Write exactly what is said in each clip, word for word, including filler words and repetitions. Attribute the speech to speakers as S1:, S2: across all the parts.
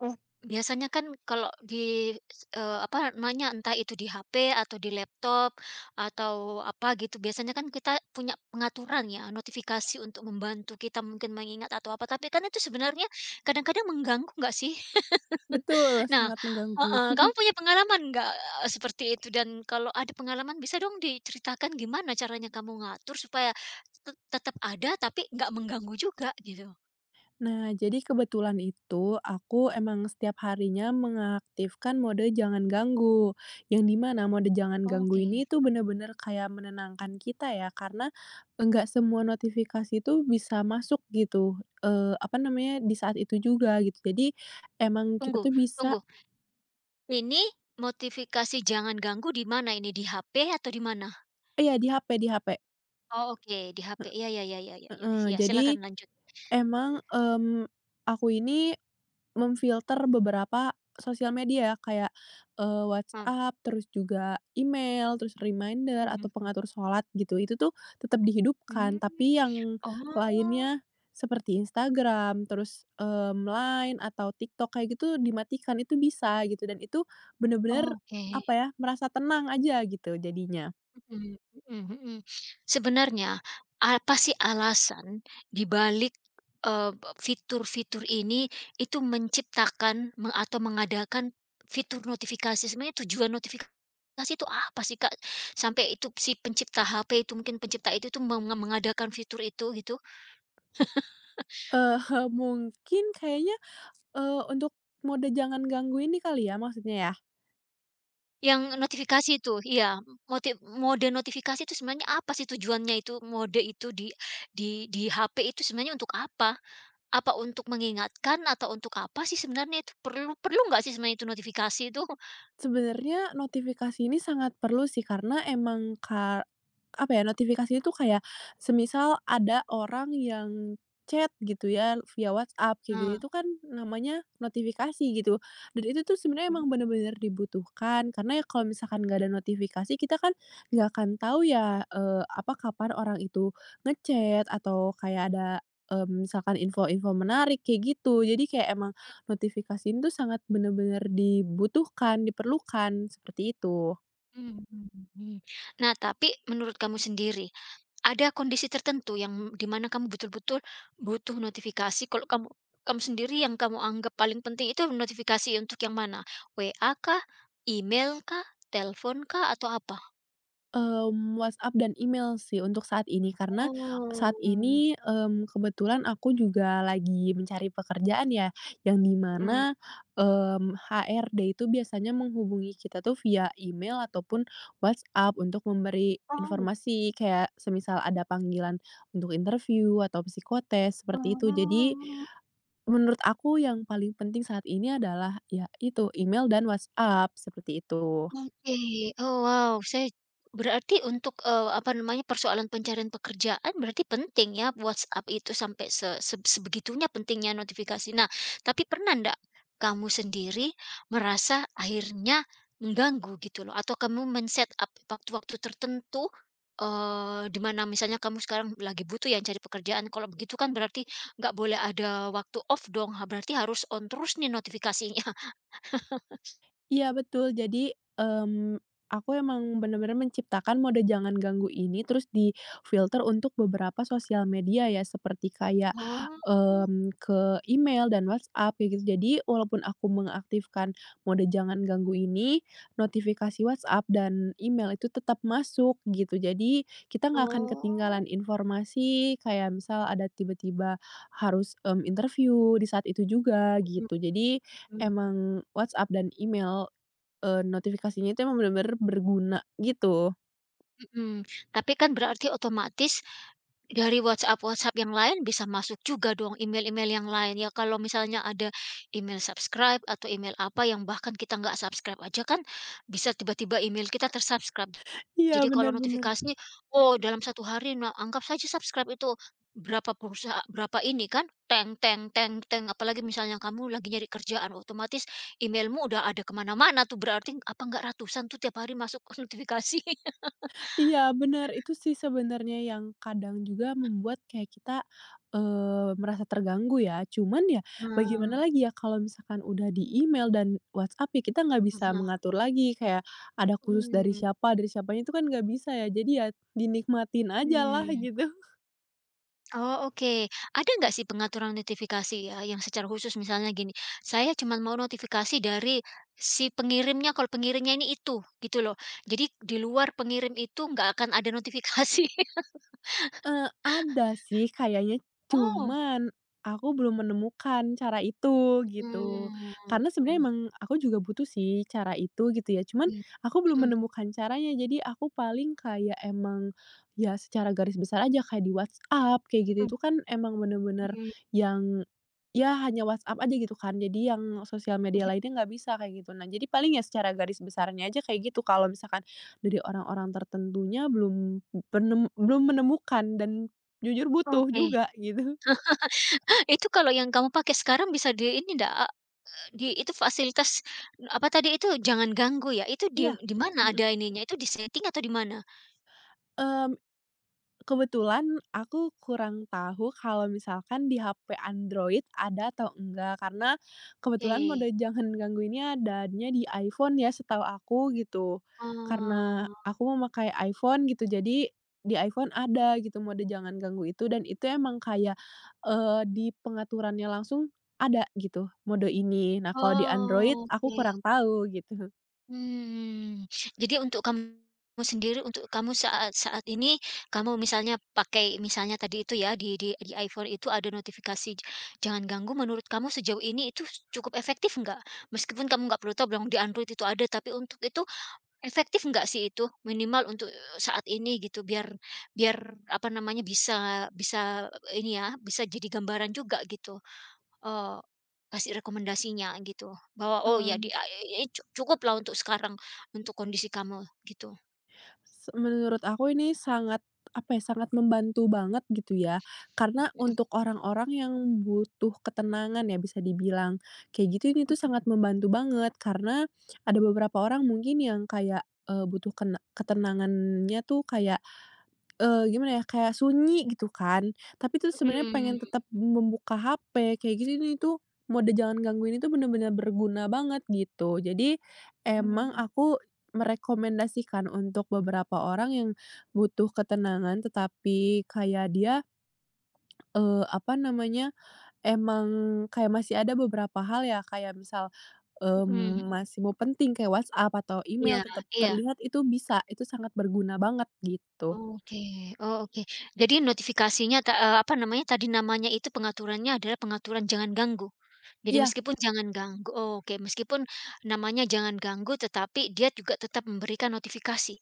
S1: Oh, biasanya kan kalau di s eh, apa namanya, entah itu di H P atau di laptop atau apa gitu, biasanya kan kita punya pengaturan ya, notifikasi untuk membantu kita mungkin mengingat atau apa, tapi kan itu sebenarnya kadang-kadang mengganggu nggak sih?
S2: Betul,
S1: Nah,
S2: sangat mengganggu.
S1: heeh, kamu punya pengalaman nggak, eee, seperti itu? Dan kalau ada pengalaman bisa dong diceritakan gimana caranya kamu ngatur supaya tet tetap ada tapi nggak mengganggu juga gitu?
S2: Nah, jadi kebetulan itu aku emang setiap harinya mengaktifkan mode jangan ganggu. Yang di mana mode jangan ganggu
S1: Oke,
S2: ini tuh bener-bener kayak menenangkan kita ya, karena enggak semua notifikasi tuh bisa masuk gitu. Eh apa namanya, di saat itu juga gitu. Jadi emang kita
S1: tunggu,
S2: tuh bisa
S1: tunggu. Ini notifikasi jangan ganggu di mana ini, di H P atau di mana?
S2: eh, ya di H P di H P,
S1: Oh, oke, di H P. Iya, iya, iya, iya, iya, iya.
S2: heeh.
S1: Ya,
S2: Jadi
S1: silakan lanjut.
S2: emang, mmm, aku ini memfilter beberapa sosial media ya, kayak, eee,
S1: Mmm,
S2: WhatsApp, terus juga email, terus reminder
S1: mhm.
S2: atau pengatur sholat gitu, itu tuh tetap dihidupkan.
S1: Mmm,
S2: Tapi yang
S1: oh,
S2: lainnya seperti Instagram, terus, mmm, Line atau TikTok kayak gitu dimatikan, itu bisa gitu dan itu bener-bener,
S1: oke.
S2: apa ya, merasa tenang aja gitu jadinya.
S1: Mhm, mhm, mhm. Sebenarnya, apa sih alasan dibalik balik, b fitur-fitur ini itu menciptakan me atau mengadakan fitur notifikasi? Sebenarnya tujuan notifikasi itu apa sih, Kak? Sampai itu si pencipta H P itu mungkin pencipta itu tuh menge mengadakan fitur itu gitu?
S2: Eee, mungkin kayaknya, eee, untuk mode jangan ganggu ini kali ya maksudnya ya?
S1: Yang notifikasi itu, iya. Moti mode notifikasi itu sebenarnya apa sih tujuannya itu mode itu di di di H P itu sebenarnya untuk apa? Apa untuk mengingatkan atau untuk apa sih sebenarnya itu? Perlu perlu nggak sih sebenarnya itu notifikasi itu?
S2: Sebenarnya notifikasi ini sangat perlu sih karena emang ka apa ya, notifikasi itu kayak semisal ada orang yang chat gitu ya via WhatsApp kayak gitu
S1: Nah,
S2: itu kan namanya notifikasi gitu, dan itu tuh sebenarnya
S1: mhm,
S2: emang bener-bener dibutuhkan karena ya kalau misalkan nggak ada notifikasi kita kan nggak akan tahu ya, eee, apa, kapan orang itu ngechat atau kayak ada, mmm, misalkan info-info menarik kayak gitu. Jadi kayak emang notifikasi itu sangat benar-benar dibutuhkan, diperlukan, seperti itu.
S1: mhm. Nah, tapi menurut kamu sendiri ada kondisi tertentu yang di mana kamu betul-betul butuh notifikasi kalau kamu kamu sendiri yang kamu anggap paling penting itu notifikasi untuk yang mana? W A kah? Email kah? Telepon kah? Atau apa?
S2: Mmm, WhatsApp dan email sih untuk saat ini, karena saat
S1: Oh,
S2: ini, mmm, kebetulan aku juga lagi mencari pekerjaan ya, yang di
S1: mhm.
S2: mana, mmm, H R D itu biasanya menghubungi kita tuh via email ataupun WhatsApp untuk memberi
S1: Oh,
S2: informasi, kayak semisal ada panggilan untuk interview atau psikotes, seperti itu. Jadi
S1: oh.
S2: menurut aku yang paling penting saat ini adalah, ya itu, email dan WhatsApp, seperti itu.
S1: Oke. Oh, wow. Saya berarti untuk, eee, apa namanya, persoalan pencarian pekerjaan berarti penting ya WhatsApp itu sampai se seb sebegitunya pentingnya notifikasi. Nah, tapi pernah ndak kamu sendiri merasa akhirnya mengganggu gitu loh atau kamu men set up waktu-waktu tertentu, eee, di mana misalnya kamu sekarang lagi butuh ya cari pekerjaan, kalau begitu kan berarti nggak boleh ada waktu off dong, ha berarti harus on terus nih notifikasinya.
S2: Iya betul. Jadi, mmm, aku emang benar-benar menciptakan mode jangan ganggu ini terus di filter untuk beberapa sosial media ya seperti kayak, mmm, ke email dan WhatsApp kayak gitu. Jadi walaupun aku mengaktifkan mode jangan ganggu ini, notifikasi WhatsApp dan email itu tetap masuk gitu. Jadi kita nggak akan
S1: Oh,
S2: ketinggalan informasi kayak misal ada tiba-tiba harus, mmm, interview di saat itu juga
S1: oh.
S2: gitu. Jadi
S1: Mmm,
S2: emang WhatsApp dan email Eee, notifikasinya itu emang bener-bener berguna gitu.
S1: mhm, tapi kan berarti otomatis dari WhatsApp-WhatsApp yang lain bisa masuk juga dong email-email yang lain ya kalau misalnya ada email subscribe atau email apa yang bahkan kita nggak subscribe aja kan bisa tiba-tiba email kita ter-subscribe.
S2: Iya,
S1: Jadi
S2: bener
S1: kalau
S2: bener.
S1: notifikasinya, oh dalam satu hari nah anggap saja subscribe itu berapa perusaha berapa ini kan apalagi misalnya kamu lagi nyari kerjaan otomatis emailmu udah ada ke mana-mana tuh berarti apa nggak ratusan tuh tiap hari masuk notifikasi.
S2: Iya bener, itu sih sebenarnya yang kadang juga membuat kayak kita, eee, merasa terganggu ya. Cuman ya
S1: Nah.
S2: bagaimana lagi ya kalau misalkan udah di email dan WhatsApp ya kita nggak
S1: Ah
S2: bisa
S1: hah.
S2: mengatur lagi kayak ada khusus dari
S1: Mmm,
S2: siapa, dari siapanya itu kan nggak bisa ya. Jadi ya dinikmatin ajalah
S1: mmm.
S2: gitu.
S1: Oh, oke. Ada nggak sih pengaturan notifikasi ya, yang secara khusus misalnya gini, saya cuman mau notifikasi dari si pengirimnya, kalau pengirimnya ini itu, gitu loh. Jadi di luar pengirim itu nggak akan ada notifikasi.
S2: Eee, ada sih kayaknya,
S1: Oh,
S2: cuman aku belum menemukan cara itu gitu.
S1: mmm,
S2: Karena sebenarnya
S1: mhm,
S2: emang aku juga butuh sih cara itu gitu ya, cuman
S1: mhm,
S2: aku belum menemukan caranya. Jadi aku paling kayak emang ya secara garis besar aja kayak di WhatsApp kayak gitu,
S1: mhm,
S2: itu kan emang bener-bener
S1: mhm,
S2: yang ya hanya WhatsApp aja gitu kan. Jadi yang sosial media
S1: mhm.
S2: lainnya nggak bisa kayak gitu. Nah jadi paling ya secara garis besarnya aja kayak gitu, kalau misalkan dari orang-orang tertentunya belum Penem belum menemukan dan jujur butuh
S1: Oke.
S2: juga gitu.
S1: Itu kalau yang kamu pakai sekarang bisa di ini ndak, eee, di itu fasilitas, apa tadi itu, jangan ganggu ya, itu di
S2: Iya,
S1: di mana
S2: mhm,
S1: ada ininya, itu di setting atau di mana?
S2: mmm, kebetulan aku kurang tahu kalau misalkan di H P Android ada atau enggak, karena
S1: Oke,
S2: kebetulan mode jangan ganggu ini adanya di iPhone ya setahu aku gitu. Karena
S1: oh,
S2: aku memakai iPhone gitu, jadi di iPhone ada gitu mode jangan ganggu itu dan itu emang kayak, eee, di pengaturannya langsung ada gitu mode ini. Nah kalau di Android aku
S1: oke,
S2: kurang tahu gitu.
S1: mmm. Jadi untuk kamu sendiri, untuk kamu saat saat ini, kamu misalnya pakai misalnya tadi itu ya, di di di iPhone itu ada notifikasi j "Jangan ganggu" menurut kamu sejauh ini itu s cukup efektif nggak? Meskipun kamu nggak perlu tahu bilang di Android itu ada, tapi untuk itu efektif nggak sih itu? Minimal untuk saat ini gitu, biar biar apa namanya, bisa bisa ini ya, bisa jadi gambaran juga gitu. Eee, kasih rekomendasinya gitu bahwa, "Oh ya di
S2: Mmm,
S1: a i i cu cukuplah untuk sekarang untuk kondisi kamu," gitu.
S2: se Menurut aku ini sangat, apa ya, sangat membantu banget gitu ya. Karena untuk orang-orang yang butuh ketenangan ya bisa dibilang, kayak gitu ini tuh sangat membantu banget. Karena ada beberapa orang mungkin yang kayak, eee, butuh kena ketenangannya tuh kayak Eee, gimana ya, kayak sunyi gitu kan, tapi tuh sebenarnya pengen
S1: Mhm.
S2: tetap membuka H P kayak gitu ini tuh, mode jangan gangguin itu bener-bener berguna banget gitu. Jadi emang
S1: Mhm.
S2: aku merekomendasikan untuk beberapa orang yang butuh ketenangan, tetapi kayak dia, eee, apa namanya, emang kayak masih ada beberapa hal ya kayak misal,
S1: Mhm,
S2: mmm,
S1: mhm.
S2: masih mau penting kayak WhatsApp atau email
S1: Iya,
S2: tetap
S1: iya.
S2: terlihat itu bisa, itu sangat berguna banget gitu.
S1: Oke. Oh, oke. Jadi notifikasinya ta eee, apa namanya tadi namanya itu pengaturannya adalah pengaturan jangan ganggu. Jadi
S2: Iya.
S1: meskipun jangan ganggu oh, oke, meskipun namanya jangan ganggu tetapi dia juga tetap memberikan notifikasi,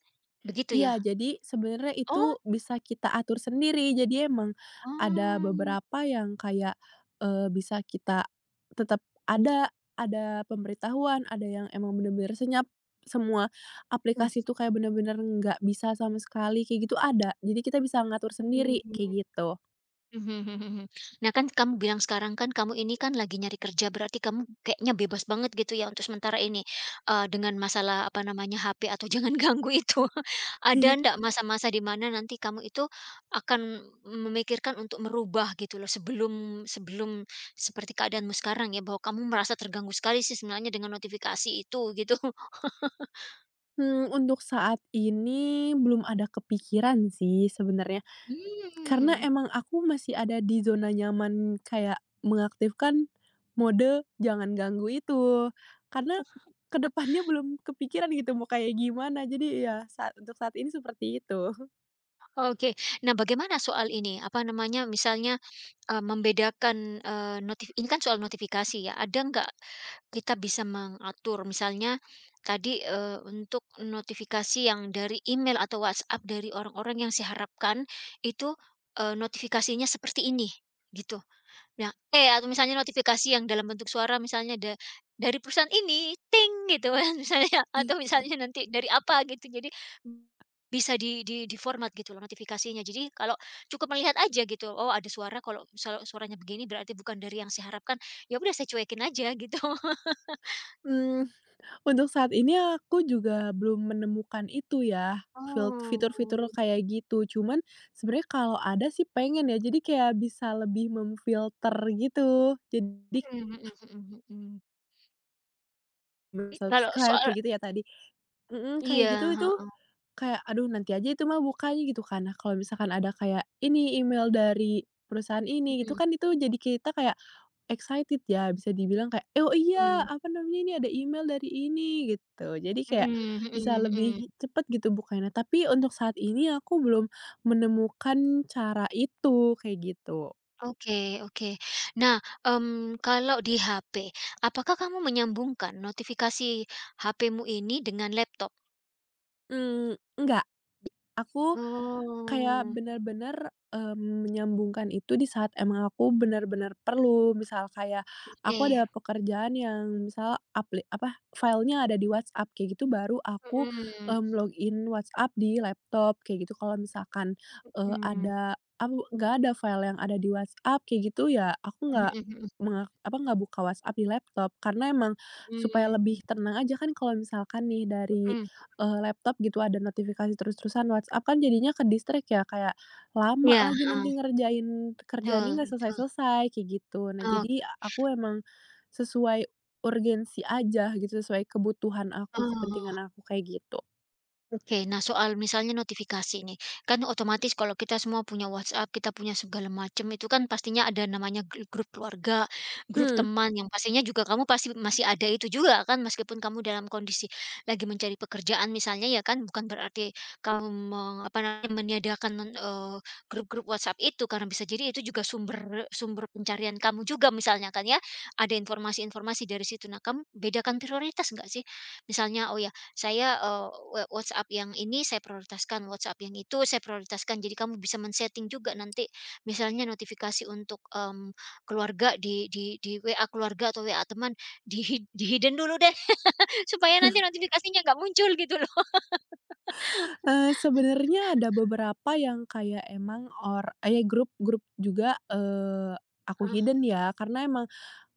S1: begitu ya?
S2: Iya, jadi sebenarnya
S1: Oh.
S2: itu bisa kita atur sendiri. Jadi emang ada
S1: Oh.
S2: beberapa yang kayak, eee, bisa kita tetap ada ada pemberitahuan, ada yang emang bener-bener senyap, semua aplikasi itu kayak bener-bener nggak bisa sama sekali, kayak gitu ada. Jadi kita bisa ngatur sendiri,
S1: Mhm.
S2: kayak gitu.
S1: Mhm, mhm, mhm. Nah, kan kamu bilang sekarang kan kamu ini kan lagi nyari kerja, berarti kamu kayaknya bebas banget gitu ya untuk sementara ini, eee, dengan masalah apa namanya, H P atau jangan ganggu itu. Ada
S2: Iya.
S1: ndak masa-masa di mana nanti kamu itu akan memikirkan untuk merubah gitu loh, sebelum sebelum seperti keadaanmu sekarang ya, bahwa kamu merasa terganggu sekali sih sebenarnya dengan notifikasi itu gitu?
S2: Mmm, untuk saat ini belum ada kepikiran sih sebenarnya. Karena
S1: Mmm,
S2: emang aku masih ada di zona nyaman kayak mengaktifkan mode jangan ganggu itu, karena ke depannya belum kepikiran gitu mau kayak gimana, jadi ya saat untuk saat ini seperti itu.
S1: oke. Nah, bagaimana soal ini, apa namanya, misalnya Eee, membedakan, eee, notif ini kan soal notifikasi ya, ada nggak kita bisa mengatur misalnya tadi, eee, untuk notifikasi yang dari email atau WhatsApp dari orang-orang yang saya harapkan itu, eee, notifikasinya seperti ini, gitu? Nah eh, atau misalnya notifikasi yang dalam bentuk suara misalnya da dari perusahaan ini, ting gitu kan misalnya atau misalnya nanti dari apa gitu. Jadi bisa di di di-format gitu loh notifikasinya. Jadi kalau cukup melihat aja gitu, oh ada suara kalau misal suaranya begini berarti bukan dari yang saya harapkan, ya udah saya cuekin aja gitu.
S2: Mmm, untuk saat ini aku juga belum menemukan itu ya, filt
S1: Oh.
S2: fitur-fitur kayak gitu, cuman sebenarnya kalau ada sih pengen ya, jadi kayak bisa lebih memfilter gitu. Jadi
S1: Mhm, mhm, mhm, mhm. Kalau
S2: subscribe
S1: soal
S2: kayak gitu ya tadi mhm, kayak
S1: iya,
S2: gitu itu
S1: heeh,
S2: kayak, aduh nanti aja itu mah bukanya gitu kan. Nah kalau misalkan ada kayak, ini email dari perusahaan ini gitu
S1: mhm,
S2: kan itu jadi kita kayak excited ya, bisa dibilang kayak, "Eh, oh iya,
S1: mmm,
S2: apa namanya ini ada email dari ini," gitu. Jadi kayak
S1: mhm,
S2: bisa
S1: mhm, mhm.
S2: lebih cepet gitu bukanya. Tapi untuk saat ini aku belum menemukan cara itu, kayak gitu.
S1: Oke, oke. Nah, mmm, kalau di H P, apakah kamu menyambungkan notifikasi H P-mu ini dengan laptop?
S2: Mmm, enggak, aku kayak
S1: Oh,
S2: benar-benar mmm, menyambungkan itu di saat emang aku benar-benar perlu, misal kayak
S1: oke,
S2: aku ada pekerjaan yang misal apli apa, filenya ada di WhatsApp kayak gitu baru aku,
S1: mhm,
S2: mmm, login WhatsApp di laptop kayak gitu. Kalau misalkan, eee,
S1: mmm,
S2: ada apa nggak ada file yang ada di WhatsApp kayak gitu ya aku
S1: mhm,
S2: nggak
S1: mhm, mhm,
S2: mengak apa, nggak buka WhatsApp di laptop karena emang supaya
S1: mmm,
S2: lebih tenang aja kan kalau misalkan nih dari
S1: mhm,
S2: eee, laptop gitu ada notifikasi terus-terusan WhatsApp kan jadinya ke-distract ya kayak lama
S1: iya,
S2: lagi
S1: heeh,
S2: nanti ngerjain
S1: betul,
S2: kerjaannya nggak
S1: betul,
S2: selesai-selesai kayak gitu. Nah
S1: oke,
S2: jadi aku emang sesuai urgensi aja gitu, sesuai kebutuhan aku,
S1: oh.
S2: kepentingan aku kayak gitu.
S1: Oke, nah soal misalnya notifikasi nih, kan otomatis kalau kita semua punya WhatsApp, kita punya segala macam itu kan pastinya ada namanya gru- grup keluarga, grup
S2: Mmm,
S1: teman yang pastinya juga kamu pasti masih ada itu juga kan meskipun kamu dalam kondisi lagi mencari pekerjaan misalnya ya kan bukan berarti kamu meng- apa namanya meniadakan eh, grup-grup WhatsApp itu karena bisa jadi itu juga sumber sumber pencarian kamu juga misalnya kan ya ada informasi-informasi dari situ. Nah, kamu bedakan prioritas enggak sih? Misalnya oh ya saya, eee, wa WhatsApp yang ini saya prioritaskan, WhatsApp yang itu saya prioritaskan. Jadi kamu bisa men-setting juga nanti misalnya notifikasi untuk, mmm, keluarga di di di W A keluarga atau W A teman di di-hidden dulu deh, supaya nanti notifikasinya nggak muncul gitu loh.
S2: eee, Sebenarnya ada beberapa yang kayak emang or eee, ya grup grup juga, eee, aku hidden ya karena emang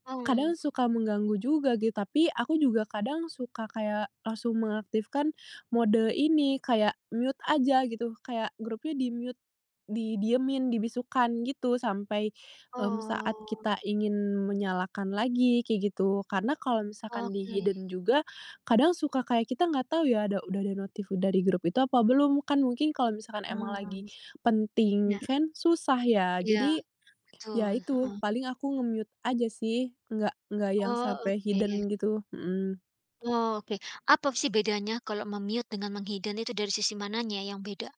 S1: Heeh, mmm,
S2: kadang suka mengganggu juga gitu, tapi aku juga kadang suka kayak langsung mengaktifkan mode ini, kayak mute aja gitu, kayak grupnya di-mute, didiemin, dibisukan gitu sampai, mmm, saat
S1: oh,
S2: kita ingin menyalakan lagi, kayak gitu. Karena kalau misalkan
S1: oke.
S2: di-hidden juga, kadang suka kayak kita nggak tahu ya ada udah ada notif dari grup itu apa belum, kan mungkin kalau misalkan emang lagi
S1: Mmm,
S2: penting
S1: ya,
S2: kan susah ya.
S1: iya,
S2: Jadi, ya
S1: betul,
S2: itu,
S1: heeh.
S2: paling aku nge-mute aja sih, nggak nggak yang
S1: Oh,
S2: sampai
S1: oke.
S2: hidden gitu, mhm.
S1: Oh, oke. Apa sih bedanya kalau mem dengan menghidden itu dari sisi mananya yang beda?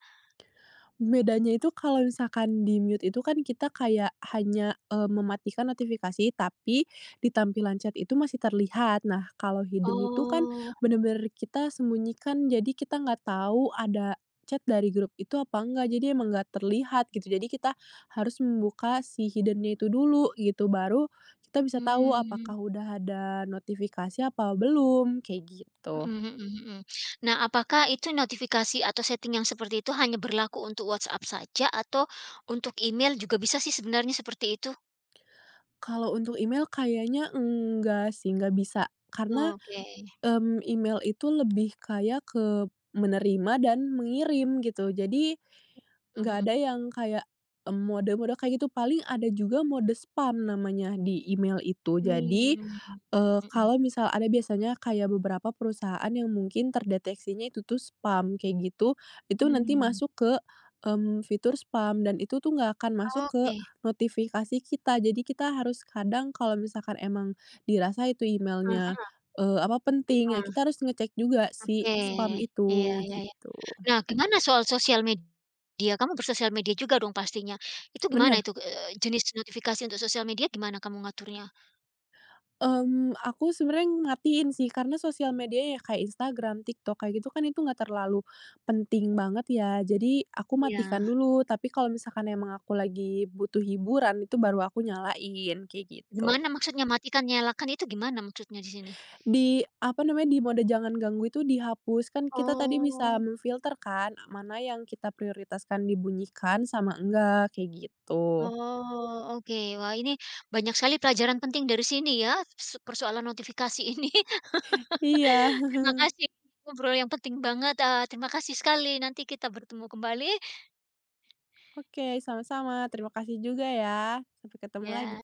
S2: Bedanya itu kalau misalkan di mute itu kan kita kayak hanya, eee, mematikan notifikasi, tapi di tampilan chat itu masih terlihat. Nah, kalau hidden itu kan
S1: Oh,
S2: bener-bener kita sembunyikan, jadi kita nggak tahu ada chat dari grup itu apa enggak, jadi emang nggak terlihat gitu. Jadi kita harus membuka si hiddennya itu dulu gitu, baru kita bisa tahu
S1: hmm.
S2: apakah udah ada notifikasi apa belum, kayak gitu.
S1: Mhm, mhm, mhm. Nah, apakah itu notifikasi atau setting yang seperti itu hanya berlaku untuk WhatsApp saja atau untuk email juga bisa sih sebenarnya seperti itu?
S2: Kalau untuk email kayaknya enggak sih, nggak bisa, karena
S1: Oke.
S2: Mmm, email itu lebih kayak ke menerima dan mengirim gitu. Jadi nggak
S1: Mhm.
S2: ada yang kayak, mmm, mode-mode kayak gitu, paling ada juga mode spam namanya di email itu. Jadi
S1: Mmm.
S2: Eee,
S1: Mhm.
S2: kalau misal ada biasanya kayak beberapa perusahaan yang mungkin terdeteksinya itu tuh spam kayak gitu, itu nanti
S1: Mmm.
S2: masuk ke, mmm, fitur spam dan itu tuh nggak akan masuk ke
S1: Oke,
S2: notifikasi kita. Jadi kita harus kadang kalau misalkan emang dirasa itu emailnya, eee, apa, penting, ya kita harus ngecek juga si
S1: oke.
S2: spam
S1: Iya,
S2: itu,
S1: iya, iya.
S2: gitu.
S1: Nah, gimana soal sosial media? Kamu bersosial media juga dong pastinya. Itu gimana
S2: Bener.
S1: itu, eee, jenis notifikasi untuk sosial media gimana kamu ngaturnya?
S2: Mmm, aku sebenarnya matiin sih karena sosial media ya kayak Instagram, TikTok kayak gitu kan itu nggak terlalu penting banget ya. Jadi aku matikan
S1: Iya.
S2: dulu, tapi kalau misalkan emang aku lagi butuh hiburan itu baru aku nyalain, kayak gitu.
S1: Gimana maksudnya matikan, nyalakan itu gimana maksudnya di sini?
S2: Di apa namanya, di mode jangan ganggu itu dihapus, kan kita tadi bisa
S1: Oh.
S2: memfilter kan, mana yang kita prioritaskan dibunyikan sama enggak, kayak gitu.
S1: Oh, oke. Wah, ini banyak sekali pelajaran penting dari sini ya, s persoalan notifikasi ini.
S2: Iya,
S1: Terima kasih, ngobrol yang penting banget, eee, terima kasih sekali. Nanti kita bertemu kembali,
S2: oke sama-sama. Terima kasih juga ya. Sampai ketemu lagi.
S1: ya.